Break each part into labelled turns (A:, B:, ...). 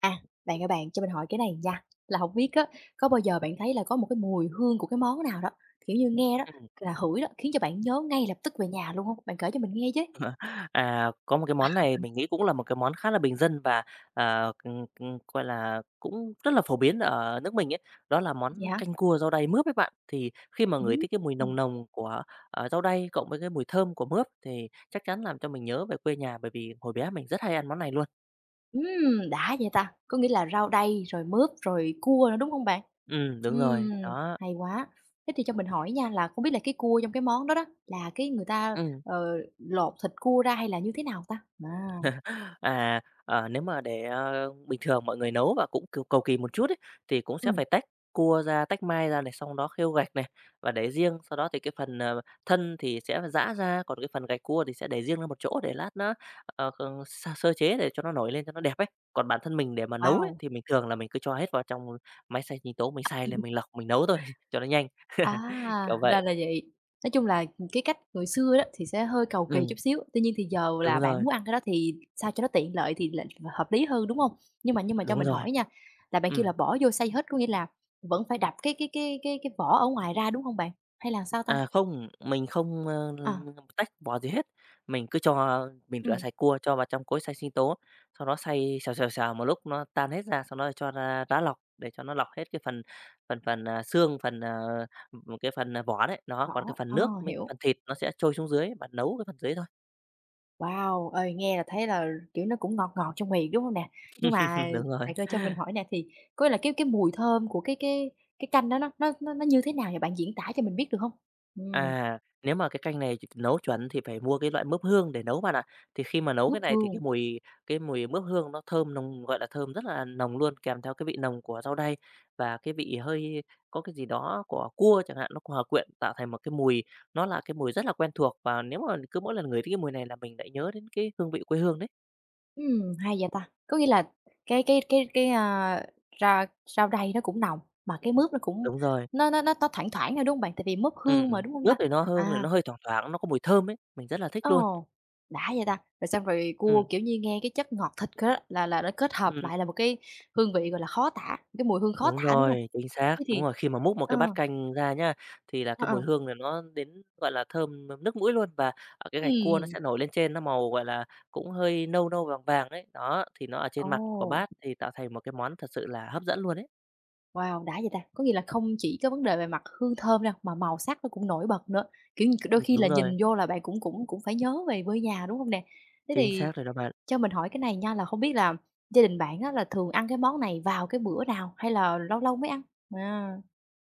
A: À, bạn ơi bạn, cho mình hỏi cái này nha, là hổng biết á, có bao giờ bạn thấy là có một cái mùi hương của cái món nào đó, kiểu như, nghe đó,
B: Ừm,
A: là ngửi đó, khiến cho bạn nhớ ngay lập tức về nhà luôn không? Bạn kể cho mình nghe chứ.
B: có một cái món này mình nghĩ cũng là một cái món khá là bình dân và gọi là, cũng rất là phổ biến ở nước mình ấy, đó là
A: Vậy
B: món
A: hả?
B: canh cua rau đay mướp ấy bạn. Thì khi mà ngửi
A: Ừm,
B: thấy cái mùi
A: ừm,
B: nồng nồng của rau đay cộng với cái mùi thơm của mướp thì chắc chắn làm cho mình nhớ về quê nhà, bởi vì hồi bé mình rất hay ăn món này luôn.
A: đã vậy ta, có nghĩa là rau đay, rồi mướp, rồi cua nữa, đúng không bạn?
B: Đúng rồi,
A: Ừm,
B: đó,
A: hay quá. Thế thì cho mình hỏi nha là không biết là cái cua trong cái món đó đó, là cái người ta,
B: ừm.
A: lột thịt cua ra hay là như thế nào ta? À,
B: Nếu mà bình thường mọi người nấu và cũng cừu cầu kỳ một chút ấy, thì cũng sẽ
A: ừm,
B: phải tách cua ra, tách mai ra này, xong đó khêu gạch này và để riêng. Sau đó thì cái phần thân thì sẽ giã ra, còn cái phần gạch cua thì sẽ để riêng ra một chỗ để lát nó, ờ, kh sơ sơ chế để cho nó nổi lên cho nó đẹp ấy. Còn bản thân mình để mà nấu ấy,
A: wow!
B: thì mình thường là mình cứ cho hết vào trong máy xay sinh tố, mình xay lên mình lọc, mình nấu thôi cho nó nhanh,
A: À,
B: kiểu
A: ra
B: vậy.
A: là vậy. Nói chung là, cái cách hồi xưa đó thì sẽ hơi cầu kỳ chút
B: Ừm,
A: xíu, tuy nhiên thì giờ là
B: đúng
A: bạn
B: rồi,
A: muốn ăn cái đó thì sao cho nó tiện lợi thì là hợp lý hơn, đúng không? Nhưng mà cho
B: đúng
A: mình
B: rồi,
A: hỏi nha, là bạn kêu là
B: ừ.
A: bỏ vô xay hết, có nghĩa là vẫn phải đập cái vỏ ở ngoài ra, đúng không bạn? Hay là sao ta?
B: À, không, mình không
A: À,
B: tách vỏ gì hết, mình cứ cho mình rửa
A: ừm,
B: sạch cua, cho vào trong cối xay sinh tố, sau đó xay xào, xào, xào một lúc nó tan hết ra, sau đó cho ra đá lọc để cho nó lọc hết cái phần phần phần, à, xương, phần, ờ, cái phần, à, vỏ đấy, đó, còn
A: vỏ,
B: cái phần nước với cái
A: hiểu.
B: phần thịt nó sẽ trôi xuống dưới bạn nấu cái phần dưới thôi.
A: Wow! Ơi, nghe là thấy là, kiểu, nó cũng ngọt ngọt trong miệng, đúng không nè? Nhưng mà
B: Đúng rồi.
A: bạn ơi cho mình hỏi nè, thì có nghĩa là cái mùi thơm của cái canh đó nó như thế nào vậy? Bạn diễn tả cho mình biết được không? Ừm,
B: À, nếu mà cái canh này nấu chuẩn thì phải mua cái loại mướp hương để nấu bạn ạ. Thì khi mà nấu cái
A: ngút
B: này thì cái
A: hương,
B: mùi cái mùi mướp hương nó thơm nồng, gọi là, thơm rất là nồng luôn, kèm theo cái vị nồng của rau đay và cái vị hơi có cái gì đó của cua chẳng hạn, nó hòa quyện tạo thành một cái mùi, nó là cái mùi rất là quen thuộc. Và nếu mà cứ mỗi lần ngửi thấy cái mùi này là mình lại nhớ đến cái hương vị quê hương đấy.
A: hay vậy ta! Có nghĩa là cái cái cái cái, a, ra rau đay nó cũng nồng, mà cái mướp nó cũng
B: Đúng rồi,
A: nó thoảng thoảng thôi, đúng không bạn? Tại vì mướp hương mà, đúng không ta?
B: mướp thì nó hương thì
A: À.
B: nó hơi thoảng thoảng, nó có mùi thơm ấy, mình rất là thích luôn.
A: Ồ, đã vậy ta! Rồi xong rồi cua,
B: Ừ,
A: kiểu như, nghe cái chất ngọt thịt á là nó kết hợp
B: ừm.
A: lại là một cái hương vị, gọi là, khó tả, cái mùi hương khó
B: Đúng
A: tả, đúng hông?
B: rồi, chính xác.
A: Thế
B: Đúng
A: thì
B: rồi, khi mà múc một
A: ờ,
B: cái bát canh ra nhá, thì là
A: ờ,
B: cái mùi
A: ờ,
B: hương này nó đến, gọi là, thơm nức mũi luôn, và ở cái gạch
A: ừm,
B: cua nó
A: ừm,
B: sẽ nổi lên trên, nó màu, gọi là, cũng hơi nâu nâu, vàng vàng đấy. Đó, thì nó ở
A: ồ,
B: trên mặt của bát thì tạo thành một cái món thật sự là hấp dẫn luôn đấy.
A: wow, đã vậy ta! Có nghĩa là không chỉ có vấn đề về mặt hương thơm đâu, mà màu sắc nó cũng nổi bật nữa, kiểu như, đôi khi là
B: Đúng rồi,
A: nhìn vô là bạn cũng cũng cũng phải nhớ về quê nhà, đúng hông nè? Thế
B: chính
A: thì
B: xác rồi đó bạn.
A: cho mình hỏi cái này nha, là không biết là gia đình bạn á là thường ăn cái món này vào cái bữa nào hay là lâu lâu mới ăn? À,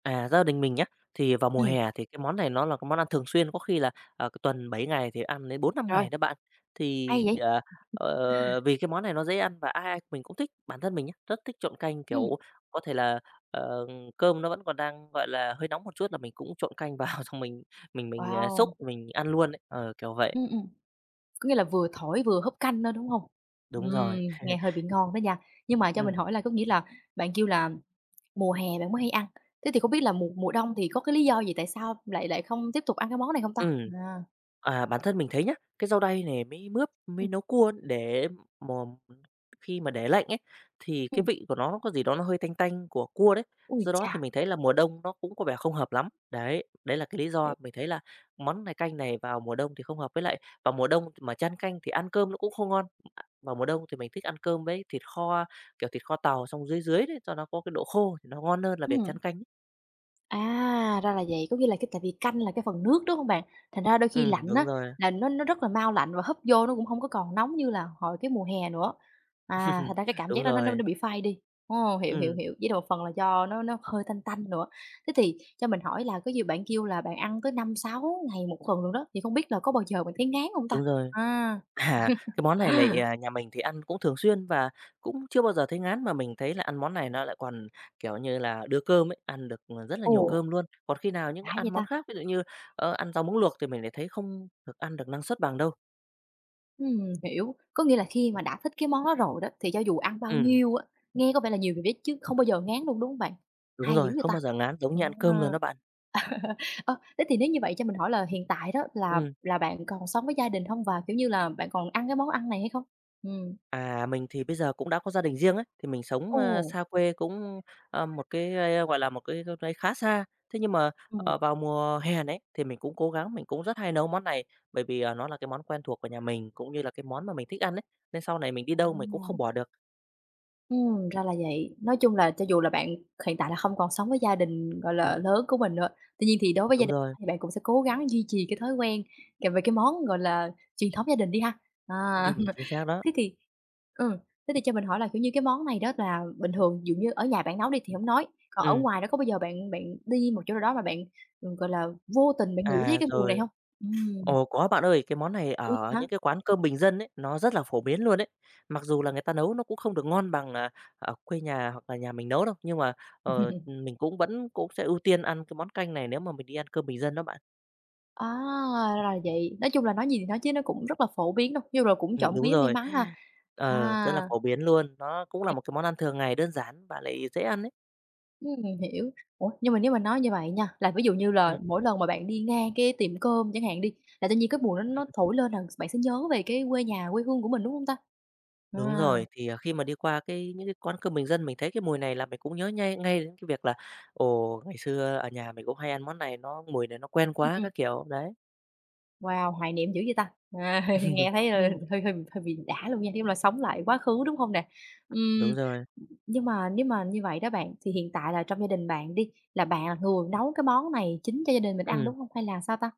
B: À, gia đình mình nhé, thì vào mùa
A: ừm,
B: hè thì cái món này nó là cái món ăn thường xuyên, có khi là cái tuần 7 ngày thì ăn đến bốn năm
A: rồi,
B: ngày đó bạn. Thì,
A: hay vậy!
B: ờ, ờ, vì cái món này nó dễ ăn và ai ai mình cũng thích, bản thân mình nhá, rất thích trộn canh,
A: Ừm.
B: kiểu, có thể là, ờ, cơm nó vẫn còn đang, gọi là, hơi nóng một chút là mình cũng trộn canh vào xong mình xúc,
A: Wow!
B: mình ăn luôn ấy, ờ, kiểu vậy.
A: Ừm, ừm, có nghĩa là vừa thổi vừa húp canh nữa, đúng không?
B: Đúng rồi.
A: Nghe hơi bị ngon đó nha. Nhưng mà cho mình
B: Ừm,
A: hỏi là có nghĩa là bạn kêu là mùa hè bạn mới hay ăn, thế thì không biết là mùa mùa đông thì có cái lý do gì tại sao lại lại không tiếp tục ăn cái món này không ta?
B: ừm.
A: À,
B: À, bản thân mình thấy nhá, cái rau đay này mới mướp,
A: ừm,
B: mới nấu cua để mà khi mà để lạnh ấy, thì
A: ừ.
B: cái vị của nó có gì đó nó hơi tanh tanh của cua đấy.
A: Ui
B: Do đó
A: chà!
B: thì mình thấy là mùa đông nó cũng có vẻ không hợp lắm. Đấy, đấy là cái lý do
A: Hiểu.
B: mình thấy là món canh này vào mùa đông thì không hợp, với lại vào mùa đông mà chan canh thì ăn cơm nó cũng không ngon. Vào mùa đông thì mình thích ăn cơm với thịt kho, kiểu, thịt kho tàu xong dưới dưới đấy cho nó có cái độ khô thì nó ngon hơn là việc chan
A: Ừm.
B: canh ấy.
A: À, ra là vậy, có nghĩa là cái tại vì canh là cái phần nước, đúng hông bạn? Thành ra đôi khi lạnh
B: Đúng
A: á,
B: rồi.
A: là nó rất là mau lạnh và húp vô nó cũng hông có còn nóng như là hồi cái mùa hè nữa. À, thành ra cái cảm
B: Đúng
A: giác đó nó nó
B: rồi.
A: nó bị phai đi. Ồ, hiểu, hiểu,
B: Ừm,
A: hiểu, với lại một phần là do nó hơi tanh tanh nữa. Thế thì cho mình hỏi là có gì bạn kêu là bạn ăn tới năm sáu ngày một tuần luôn đó, thì không biết là có bao giờ bạn thấy ngán hông ta?
B: đúng rồi.
A: À.
B: À, cái món này lại, à, nhà mình thì ăn cũng thường xuyên và cũng chưa bao giờ thấy ngán, mà mình thấy là ăn món này nó lại còn, kiểu như là, đưa cơm ấy, ăn được rất là nhiều
A: Ồ,
B: cơm luôn. Còn khi nào những cái
A: đã
B: ăn
A: vậy
B: món
A: ta!
B: khác, ví dụ như ăn rau muống luộc thì mình lại thấy không được ăn được năng suất bằng đâu.
A: Hiểu. Có nghĩa là khi mà đã thích cái món đó rồi đó, thì cho dù ăn bao
B: Ừm,
A: nhiêu á, nghe có vẻ là nhiều người biết chứ không bao giờ ngán luôn, đúng không bạn?
B: đúng
A: Hay dữ
B: rồi,
A: vậy
B: không
A: ta!
B: bao giờ ngán giống như ăn cơm luôn
A: À,
B: đó bạn.
A: thế thì nếu như vậy cho mình hỏi là hiện tại đó là
B: Ừm.
A: là bạn còn sống với gia đình không? Và, kiểu như là, bạn còn ăn cái món ăn này hay không? Ừm.
B: À, mình thì bây giờ cũng đã có gia đình riêng ấy, thì mình sống,
A: Ồ!
B: ơ, xa quê cũng, ơ, một cái, ơ, gọi là, một cái đâu đấy khá xa. Thế nhưng mà,
A: Ừm.
B: ờ, vào mùa hè đấy thì mình cũng cố gắng, mình cũng rất hay nấu món này, bởi vì nó là cái món quen thuộc của nhà mình, cũng như là cái món mà mình thích ăn ấy, nên sau này mình đi
A: À,
B: đâu mình cũng không bỏ được.
A: ra là vậy. Nói chung là cho dù là bạn hiện tại là không còn sống với gia đình, gọi là,
B: Ừm,
A: lớn của mình nữa, tuy nhiên thì đối với gia
B: đúng
A: đình
B: rồi,
A: thì bạn cũng sẽ cố gắng duy trì cái thói quen kèm về cái món, gọi là, truyền thống gia đình đi ha. À.
B: chính xác đó.
A: Thế thì ừ, thế thì cho mình hỏi là, kiểu như, cái món này đó là bình thường dụ như ở nhà bạn nấu đi thì hổng nói, còn ở
B: Ừm,
A: ngoài đó có bao giờ bạn bạn đi một chỗ nào đó mà bạn, gọi là, vô tình bạn ngửi thấy cái mùi này
B: Rồi.
A: hông? Ừm,
B: Ồ, có bạn ơi, cái món này
A: ủa, vậy
B: ở
A: hả?
B: những cái quán cơm bình dân ấy, nó rất là phổ biến luôn ấy. Mặc dù là người ta nấu nó cũng không được ngon bằng, à, ở quê nhà hoặc là nhà mình nấu đâu, nhưng mà mình cũng vẫn cũng sẽ ưu tiên ăn cái món canh này nếu mà mình đi ăn cơm bình dân đó bạn.
A: À, ra là vậy. Nói chung là nói gì thì nói chứ nó cũng rất là phổ biến đâu, nhưng rồi cũng trộm
B: Đúng
A: vía may
B: rồi.
A: mắn ha.
B: Ờ, rất là
A: À,
B: phổ biến luôn, nó cũng là một cái món ăn thường ngày đơn giản và lại dễ ăn ấy.
A: ừm, hiểu. Ủa, nhưng mà nếu mà nói như vậy nha, là ví dụ như
B: Ừm,
A: là mỗi lần mà bạn đi ngang cái tiệm cơm chẳng hạn đi, là tự nhiên cái mùi nó
B: ừm,
A: nó thổi lên là bạn sẽ nhớ về cái quê nhà, quê hương của mình, đúng hông ta?
B: đúng
A: À.
B: rồi, thì khi mà đi qua cái những cái quán cơm bình dân, mình thấy cái mùi này là mình cũng nhớ nhây ngay đến cái việc là, ồ, ngày xưa ở nhà mình cũng hay ăn món này, nó mùi này nó quen quá
A: Ừm.
B: các kiểu, đấy.
A: Wow, hoài niệm dữ vậy ta! À, nghe thấy,
B: Ừm,
A: hơi hơi hơi bị đã luôn nha, giống là sống lại quá khứ, đúng không nè? Ừm,
B: đúng rồi.
A: nhưng mà nếu mà như vậy đó bạn, thì hiện tại là trong gia đình bạn đi, là bạn là người nấu cái món này chính cho gia đình mình ăn,
B: Ừm,
A: đúng không? Hay là sao ta?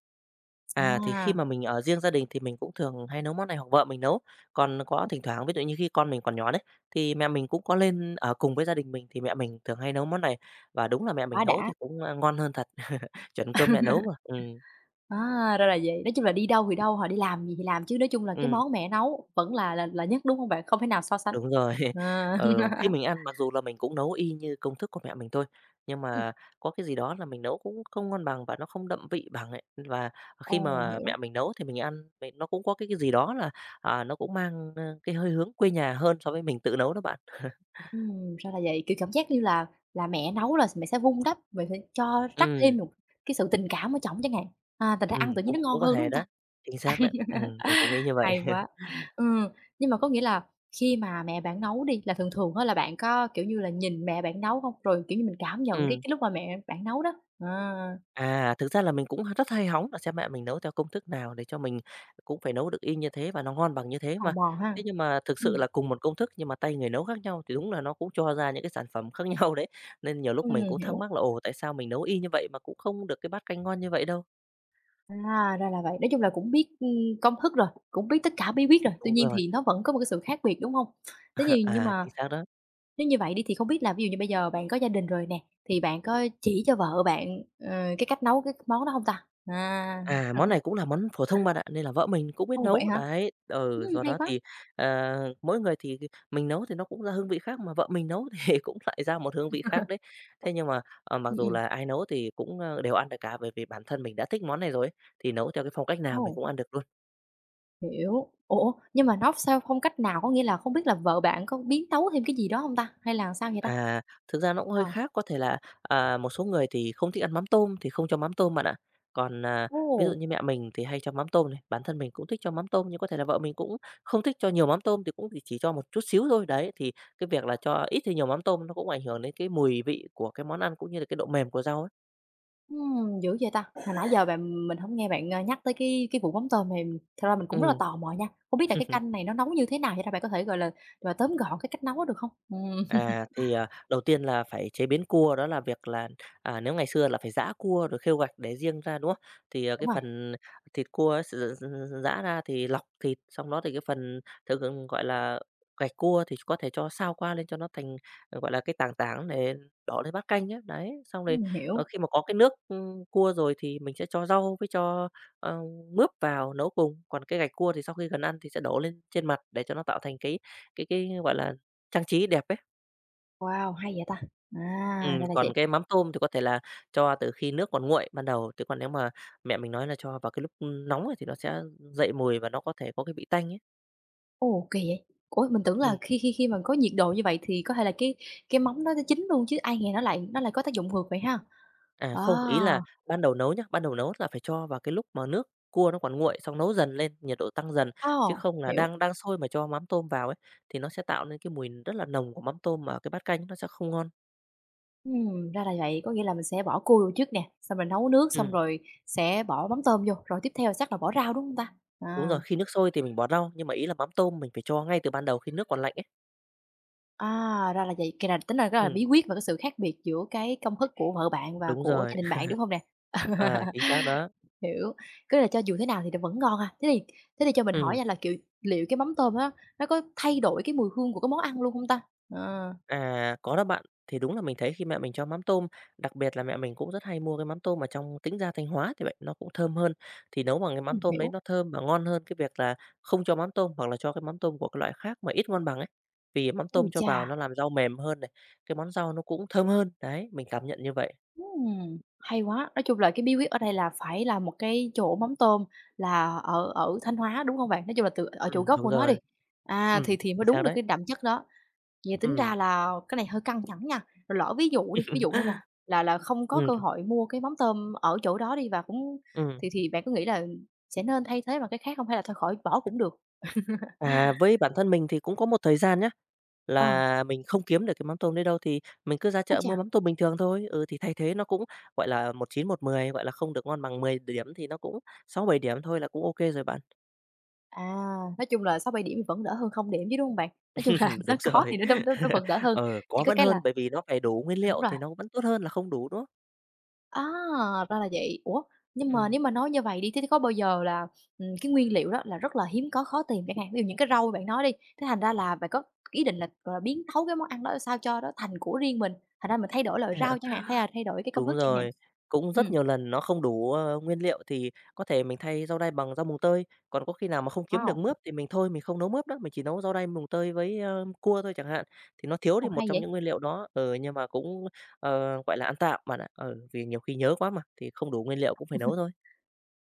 B: thì khi
A: À,
B: mà mình ở riêng gia đình thì mình cũng thường hay nấu món này hoặc vợ mình nấu. Còn có thỉnh thoảng ví dụ như khi con mình còn nhỏ đấy, thì mẹ mình cũng có lên ở cùng với gia đình mình thì mẹ mình thường hay nấu món này, và đúng là mẹ mình
A: quá
B: nấu
A: đã!
B: thì cũng, a, ngon hơn thật, chuẩn cơm mẹ nấu mà.
A: À, ra là vậy. Nói chung là đi đâu thì đâu, họ đi làm gì thì làm, chứ nói chung là cái
B: Ừm.
A: món mẹ nấu vẫn là nhất, đúng không bạn? Không thể nào so sánh.
B: Đúng rồi.
A: À.
B: Ờ, khi mình ăn mặc dù là mình cũng nấu y như công thức của mẹ mình thôi, nhưng
A: Ừm,
B: mà có cái gì đó là mình nấu cũng không ngon bằng và nó không đậm vị bằng ấy. Và khi
A: ồ,
B: mà
A: hiểu.
B: mẹ mình nấu thì mình ăn, mình nó cũng có cái gì đó là, à, nó cũng mang cái hơi hướng quê nhà hơn so với mình tự nấu đó bạn.
A: Ra là vậy, kiểu, cảm giác như là mẹ nấu là mẹ sẽ vun đắp, mình phải cho rắc thêm
B: Ừm,
A: một cái sự tình cảm ở trỏng chẳng hạn, thành ra ăn tự nhiên
B: cũng
A: nó ngon
B: cũng có
A: hơn, đúng
B: thể
A: hông ta?
B: đó. Chính xác đấy. Mình cũng nghĩ như vậy.
A: Hay quá! Ừm, nhưng mà có nghĩa là khi mà mẹ bạn nấu đi, là thường thường á là bạn có, kiểu như là, nhìn mẹ bạn nấu hông? Rồi, kiểu như, mình cảm nhận cái
B: Ừm.
A: cái lúc mà mẹ bạn nấu đó, à,
B: À, thực ra là mình cũng rất hay hóng là xem mẹ mình nấu theo công thức nào để cho mình cũng phải nấu được y như thế và nó ngon bằng như thế
A: tò
B: mà.
A: mò ha?
B: Thế nhưng mà thực
A: Ừm,
B: sự là cùng một công thức nhưng mà tay người nấu khác nhau thì đúng là nó cũng cho ra những cái sản phẩm khác nhau đấy. Nên nhiều lúc mình cũng thắc
A: hiểu.
B: mắc là "Ồ, tại sao mình nấu y như vậy mà cũng không được cái bát canh ngon như vậy đâu?"
A: À, ra là vậy, nói chung là cũng biết, công thức rồi, cũng biết tất cả bí quyết rồi, tuy
B: Đúng
A: nhiên
B: rồi,
A: thì nó vẫn có một cái sự khác biệt, đúng hông? Thế thì nhưng mà
B: chính xác đó.
A: nếu như vậy đi thì không biết là ví dụ như bây giờ bạn có gia đình rồi nè, thì bạn
B: Ừ.
A: có chỉ cho vợ bạn, ờ, cái cách nấu cái món đó không ta? À.
B: À, món này cũng là món phổ thông bạn ạ, nên là vợ mình cũng biết
A: Ồ, vậy
B: nấu,
A: hả?
B: đấy. Ừ, do
A: Hay
B: đó
A: quá.
B: thì mỗi người thì cái- mình nấu thì nó cũng ra hương vị khác, mà vợ mình nấu thì cũng lại ra một hương vị khác đấy. Thế nhưng mà mặc
A: Ừm,
B: dù
A: ừm.
B: là ai nấu thì cũng đều ăn được cả, bởi vì bản thân mình đã thích món này rồi ấy, thì nấu theo cái phong cách nào mình
A: Ồ,
B: cũng ăn được luôn.
A: hiểu. Ủa, nhưng mà nấu sao không cách nào? Có nghĩa là không biết là vợ bạn có biến tấu thêm cái gì đó không ta? Hay là sao vậy ta?
B: À, thực ra nó cũng hơi
A: Ờ.
B: khác, có thể là, à, một số người thì không thích ăn mắm tôm thì không cho mắm tôm bạn ạ. Còn, à, ví dụ
A: Ồ!
B: như mẹ mình thì hay cho mắm tôm này, bản thân mình cũng thích cho mắm tôm, nhưng có thể là vợ mình cũng không thích cho nhiều mắm tôm thì cũng thì chỉ cho một chút xíu thôi. Đấy, thì cái việc là cho ít hay nhiều mắm tôm nó cũng ảnh hưởng đến cái mùi vị của cái món ăn cũng như là cái độ mềm của rau ấy.
A: Dữ vậy ta? Hồi nãy giờ bạn mình không nghe bạn, nhắc tới cái vụ mắm tôm này, thật ra mình cũng rất là
B: Ừm.
A: tò mò nha. Không biết là cái canh này nó nấu như thế nào vậy ta? Bạn có thể, gọi là, tóm gọn cái cách nấu được không? Ừm.
B: Đầu tiên là phải chế biến cua, đó là việc là nếu ngày xưa là phải giã cua rồi khêu gạch để riêng ra, đúng không?
A: Đúng
B: Cái
A: rồi,
B: phần thịt cua ấy giã ra thì lọc thịt, xong đó thì cái phần thường gọi là, gạch cua thì có thể cho sao qua lên cho nó thành, gọi là, cái tảng tảng để đổ lên bát canh á. Đấy, xong rồi, ờ,
A: hiểu.
B: khi mà có cái nước cua rồi thì mình sẽ cho rau với cho, ờ, mướp vào nấu cùng. Còn cái gạch cua thì sau khi gần ăn thì sẽ đổ lên trên mặt để cho nó tạo thành cái, gọi là, trang trí đẹp ấy.
A: Wow, hay vậy ta! À, ra là vậy.
B: Còn cái mắm tôm thì có thể là cho từ khi nước còn nguội ban đầu, chứ còn nếu mà mẹ mình nói là cho vào cái lúc nóng ấy thì nó sẽ dậy mùi và nó có thể có cái vị tanh ấy.
A: Ồ, kỳ vậy! Ủa, mình tưởng là
B: Ừm,
A: khi khi khi mà có nhiệt độ như vậy thì có thể là cái móng đó nó chín luôn chứ ai ngờ nó lại có tác dụng ngược vậy ha? À,
B: không, ý là ban đầu nấu nhá, ban đầu nấu là phải cho vào cái lúc mà nước cua nó còn nguội, xong nấu dần lên, nhiệt độ tăng dần, chứ
A: ồ,
B: không là
A: hiểu.
B: đang đang sôi mà cho mắm tôm vào ấy, thì nó sẽ tạo nên cái mùi rất là nồng của mắm tôm mà cái bát canh nó sẽ không ngon.
A: Ra là vậy, có nghĩa là mình sẽ bỏ cua vô trước nè, xong rồi nấu nước, xong
B: Ừm,
A: rồi sẽ bỏ mắm tôm vô, rồi tiếp theo chắc là bỏ rau, đúng không ta?
B: đúng
A: À,
B: rồi, khi nước sôi thì mình bỏ rau, nhưng mà ý là mắm tôm mình phải cho ngay từ ban đầu khi nước còn lạnh ấy.
A: à, ra là vậy, cái là tính là cái là
B: Ừm,
A: bí quyết và cái sự khác biệt giữa cái công thức của vợ bạn và
B: đúng
A: của gia
B: rồi,
A: đình bạn, đúng không nè?
B: chính xác đó.
A: Hiểu, cứ là cho dù thế nào thì nó vẫn ngon à. Thế thì cho mình hỏi
B: Ừm.
A: nha là, kiểu, liệu cái mắm tôm á, nó có thay đổi cái mùi hương của cái món ăn luôn không ta? Ờ,
B: À, có đó bạn. Thì đúng là mình thấy khi mẹ mình cho mắm tôm, đặc biệt là mẹ mình cũng rất hay mua cái mắm tôm ở trong Tĩnh Gia, Thanh Hóa thì vậy, nó cũng thơm hơn. Thì nấu bằng cái mắm
A: ừm.
B: tôm đấy
A: Hiểu.
B: nó thơm và ngon hơn cái việc là không cho mắm tôm hoặc là cho cái mắm tôm của cái loại khác mà ít ngon bằng ấy. Vì mắm
A: Ui
B: tôm cho
A: chà,
B: vào nó làm rau mềm hơn này, cái món rau nó cũng thơm hơn. Đấy, mình cảm nhận như vậy.
A: hay quá! Nói chung là cái bí quyết ở đây là phải là một cái chỗ mắm tôm là ở ở Thanh Hóa, đúng không bạn? Nói chung là từ ở chỗ gốc
B: Đúng
A: của nó đi,
B: rồi.
A: thì thì mới
B: Chính
A: đúng
B: xác
A: được
B: đấy.
A: cái đậm chất đó. Vậy tính ra
B: Ừm,
A: là cái này hơi căng thẳng nha. Rồi lỡ ví dụ đi, ví dụ thôi nha, là không có
B: ừm,
A: cơ hội mua cái mắm tôm ở chỗ đó đi và cũng
B: ừm.
A: thì bạn có nghĩ là sẽ nên thay thế bằng cái khác không, hay là thôi khỏi bỏ cũng được?
B: À, với bản thân mình thì cũng có một thời gian nhá,
A: Ờ,
B: là mình không kiếm được cái mắm tôm đấy đâu, thì mình cứ ra
A: ôi
B: chợ mua
A: chà!
B: mắm tôm bình thường thôi. Ừ, thì thay thế nó cũng, gọi là, một chín một mười, gọi là, không được ngon bằng 10 điểm thì nó cũng 6 7 điểm thôi là cũng ok rồi bạn.
A: À, nói chung là 6 bảy điểm thì vẫn đỡ hơn không điểm chứ, đúng không bạn? Nói chung là nó
B: Đúng
A: có thì
B: rồi.
A: nó vẫn đỡ hơn,
B: Ờ,
A: chỉ
B: có
A: có
B: vẫn
A: cái
B: hơn,
A: là
B: bởi vì nó phải đủ nguyên
A: đúng
B: liệu
A: rồi.
B: thì nó vẫn tốt hơn là không đủ nữa.
A: À, ra là vậy. Ủa, nhưng mà
B: Ừm.
A: nếu mà nói như vậy đi, thế thì có bao giờ là, cái nguyên liệu đó là rất là hiếm có, khó tìm chẳng hạn, ví dụ những cái rau bạn nói đi, thế thành ra là bạn có ý định là, gọi là, biến tấu cái món ăn đó sao cho nó thành của riêng mình, thành ra mình thay đổi loại rau chẳng hạn, hay là thay đổi cái công thức
B: Đúng
A: chẳng hạn?
B: rồi, cũng
A: Ừm,
B: rất nhiều lần nó không đủ nguyên liệu thì có thể mình thay rau đay bằng rau mùng tơi, còn có khi nào mà không kiếm được
A: wow,
B: mướp thì mình thôi mình không nấu mướp nữa, mình chỉ nấu rau đay mùng tơi với cua thôi chẳng hạn, thì nó thiếu
A: ồ,
B: đi một
A: hay
B: trong
A: vậy!
B: những nguyên liệu đó. Ừ, nhưng mà cũng, gọi là, ăn tạm bạn ạ, ừ, vì nhiều khi nhớ quá mà, thì không đủ nguyên liệu cũng phải nấu thôi.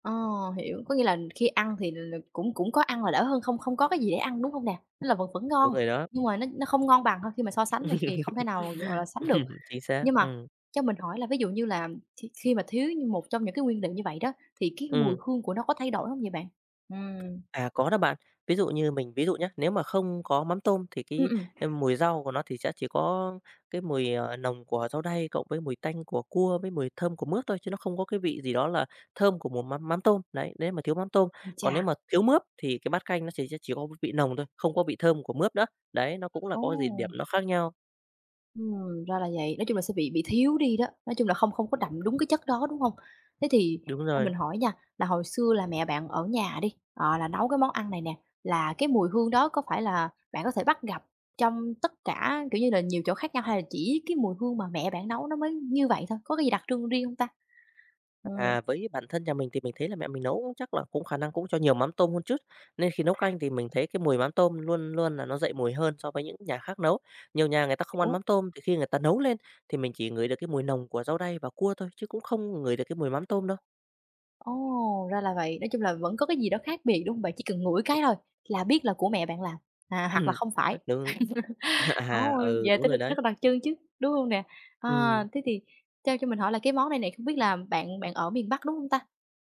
A: Ờ, hiểu, có nghĩa là khi ăn thì là cũng cũng có ăn là đỡ hơn không không có cái gì để ăn, đúng không nè? Tức là vẫn vẫn
B: Đúng
A: ngon,
B: rồi đó.
A: nhưng mà nó không ngon bằng thôi, khi mà so sánh thì không thể nào, gọi là, sánh được.
B: Chính xác,
A: Nhưng mà
B: ừ
A: cho mình hỏi là ví dụ như là khi khi mà thiếu như một trong những cái nguyên liệu như vậy đó, thì cái mùi
B: ừ
A: hương của nó có thay đổi không vậy bạn? Ừm.
B: À, có đó bạn. Ví dụ như mình ví dụ nhé. Nếu mà không có mắm tôm thì
A: Ừm, ừm.
B: mùi rau của nó thì sẽ chỉ có cái mùi nồng của rau đay cộng với mùi tanh của cua với mùi thơm của mướp thôi, chứ nó không có cái vị gì đó là thơm của một mắm mắm tôm. Đấy, nếu mà thiếu mắm tôm.
A: Ui
B: Còn nếu
A: cha!
B: mà thiếu mướp thì cái bát canh nó chỉ sẽ chỉ có vị nồng thôi, không có vị thơm của mướp nữa. Đấy, nó cũng là
A: Ồ!
B: có gì điểm nó khác nhau.
A: Ra là vậy, nói chung là sẽ bị thiếu đi đó, nói chung là không không có đậm đúng cái chất đó, đúng không? Thế thì
B: Đúng
A: cho
B: rồi.
A: mình hỏi nha, là hồi xưa là mẹ bạn ở nhà đi, ờ, là nấu cái món ăn này nè, là cái mùi hương đó có phải là bạn có thể bắt gặp trong tất cả, kiểu như là, nhiều chỗ khác nhau hay là chỉ cái mùi hương mà mẹ bạn nấu nó mới như vậy thôi? Có cái gì đặc trưng riêng không ta? Ừm,
B: À, với bản thân nhà mình thì mình thấy là mẹ mình nấu cũng chắc là cũng khả năng cũng cho nhiều mắm tôm hơn chút, nên khi nấu canh thì mình thấy cái mùi mắm tôm luôn luôn là nó dậy mùi hơn so với những nhà khác nấu. Nhiều nhà người ta không ăn
A: hiểu.
B: mắm tôm thì khi người ta nấu lên thì mình chỉ ngửi được cái mùi nồng của rau đay và cua thôi chứ cũng không ngửi được cái mùi mắm tôm đâu.
A: Ồ, ra là vậy. Nói chung là vẫn có cái gì đó khác biệt, đúng hông bạn? Chỉ cần ngửi cái thôi là biết là của mẹ bạn làm, à, hoặc là
B: Ừm,
A: không phải.
B: đúng.
A: Ồ,
B: Ừ,
A: vậy
B: đúng
A: tới
B: rồi
A: rất
B: đấy.
A: là đặc trưng chứ, đúng hông nè? À,
B: Ừm,
A: thế thì cho mình hỏi là cái món này này không biết là bạn bạn ở miền Bắc, đúng hông ta?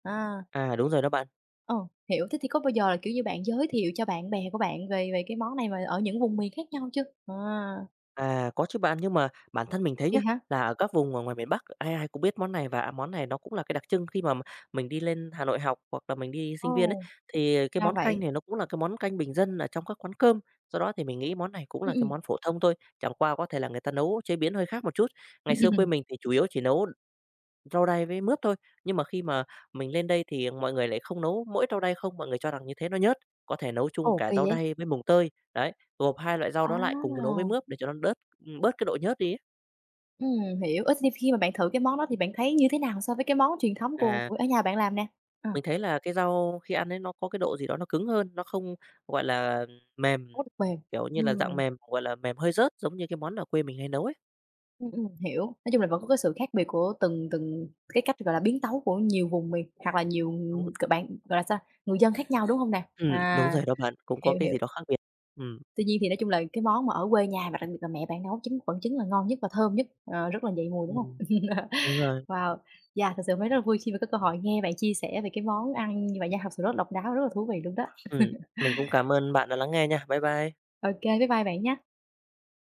A: À,
B: đúng rồi đó bạn.
A: ừ, hiểu. Thế thì có bao giờ là, kiểu như, bạn giới thiệu cho bạn bè của bạn về về cái món này mà ở những vùng miền khác nhau chưa? À,
B: À, có chứ bạn, nhưng mà bản thân mình thấy nhá,
A: vậy hả?
B: là ở các vùng ở ngoài miền Bắc ai ai cũng biết món này và món này nó cũng là cái đặc trưng khi mà mình đi lên Hà Nội học hoặc là mình đi sinh viên ấy,
A: Ồ,
B: thì cái
A: ra
B: món canh
A: vậy.
B: này nó cũng là cái món canh bình dân ở trong các quán cơm. Do đó thì mình nghĩ món này cũng là cái
A: Ừm,
B: món phổ thông thôi, chẳng qua có thể là người ta nấu chế biến hơi khác một chút. Ngày xưa quê
A: ừm.
B: mình thì chủ yếu chỉ nấu rau đay với mướp thôi, nhưng mà khi mà mình lên đây thì mọi người lại không nấu mỗi rau đay không, mọi người cho rằng như thế nó nhớt, có thể nấu chung
A: Ồ,
B: cả
A: kỳ
B: rau
A: vậy?
B: đay với mùng tơi, đấy, gộp 2 loại rau đó lại cùng nấu với
A: À!
B: mướp để cho nó bớt cái độ nhớt đi ấy.
A: Hiểu. Ít thì khi mà bạn thử cái món đó thì bạn thấy như thế nào so với cái món truyền thống của
B: Là
A: ở nhà bạn làm nè? Ờ,
B: mình thấy là cái rau khi ăn ấy nó có cái độ gì đó nó cứng hơn, nó không, gọi là, mềm,
A: có được bền.
B: kiểu như là, dạng
A: Ừm,
B: mềm, gọi là, mềm hơi rớt giống như cái món ở quê mình hay nấu ấy.
A: ừm, hiểu. Nói chung là vẫn có cái sự khác biệt của từng từng cái cách, gọi là, biến tấu của nhiều vùng miền hoặc là nhiều,
B: Đúng,
A: c bạn, gọi là sao, người dân khác nhau, đúng hông nè?
B: đúng
A: À,
B: rồi đó bạn, cũng có
A: hiểu,
B: cái
A: hiểu.
B: gì đó khác biệt. Ừ,
A: Tuy nhiên thì nói chung là cái món mà ở quê nhà và đặc biệt là mẹ bạn nấu chính vẫn chính là ngon nhất và thơm nhất, ờ, rất là dậy mùi, đúng hông?
B: ừm, đúng rồi.
A: Wow, yeah, thật sự hôm nay rất là vui khi mà có cơ hội nghe bạn chia sẻ về cái món ăn như vậy nha, thật sự rất độc đáo, rất là thú vị luôn đó.
B: Ừ, mình cũng cảm ơn bạn đã lắng nghe nha. Bye bye.
A: Ô kê, bye bye bạn nha.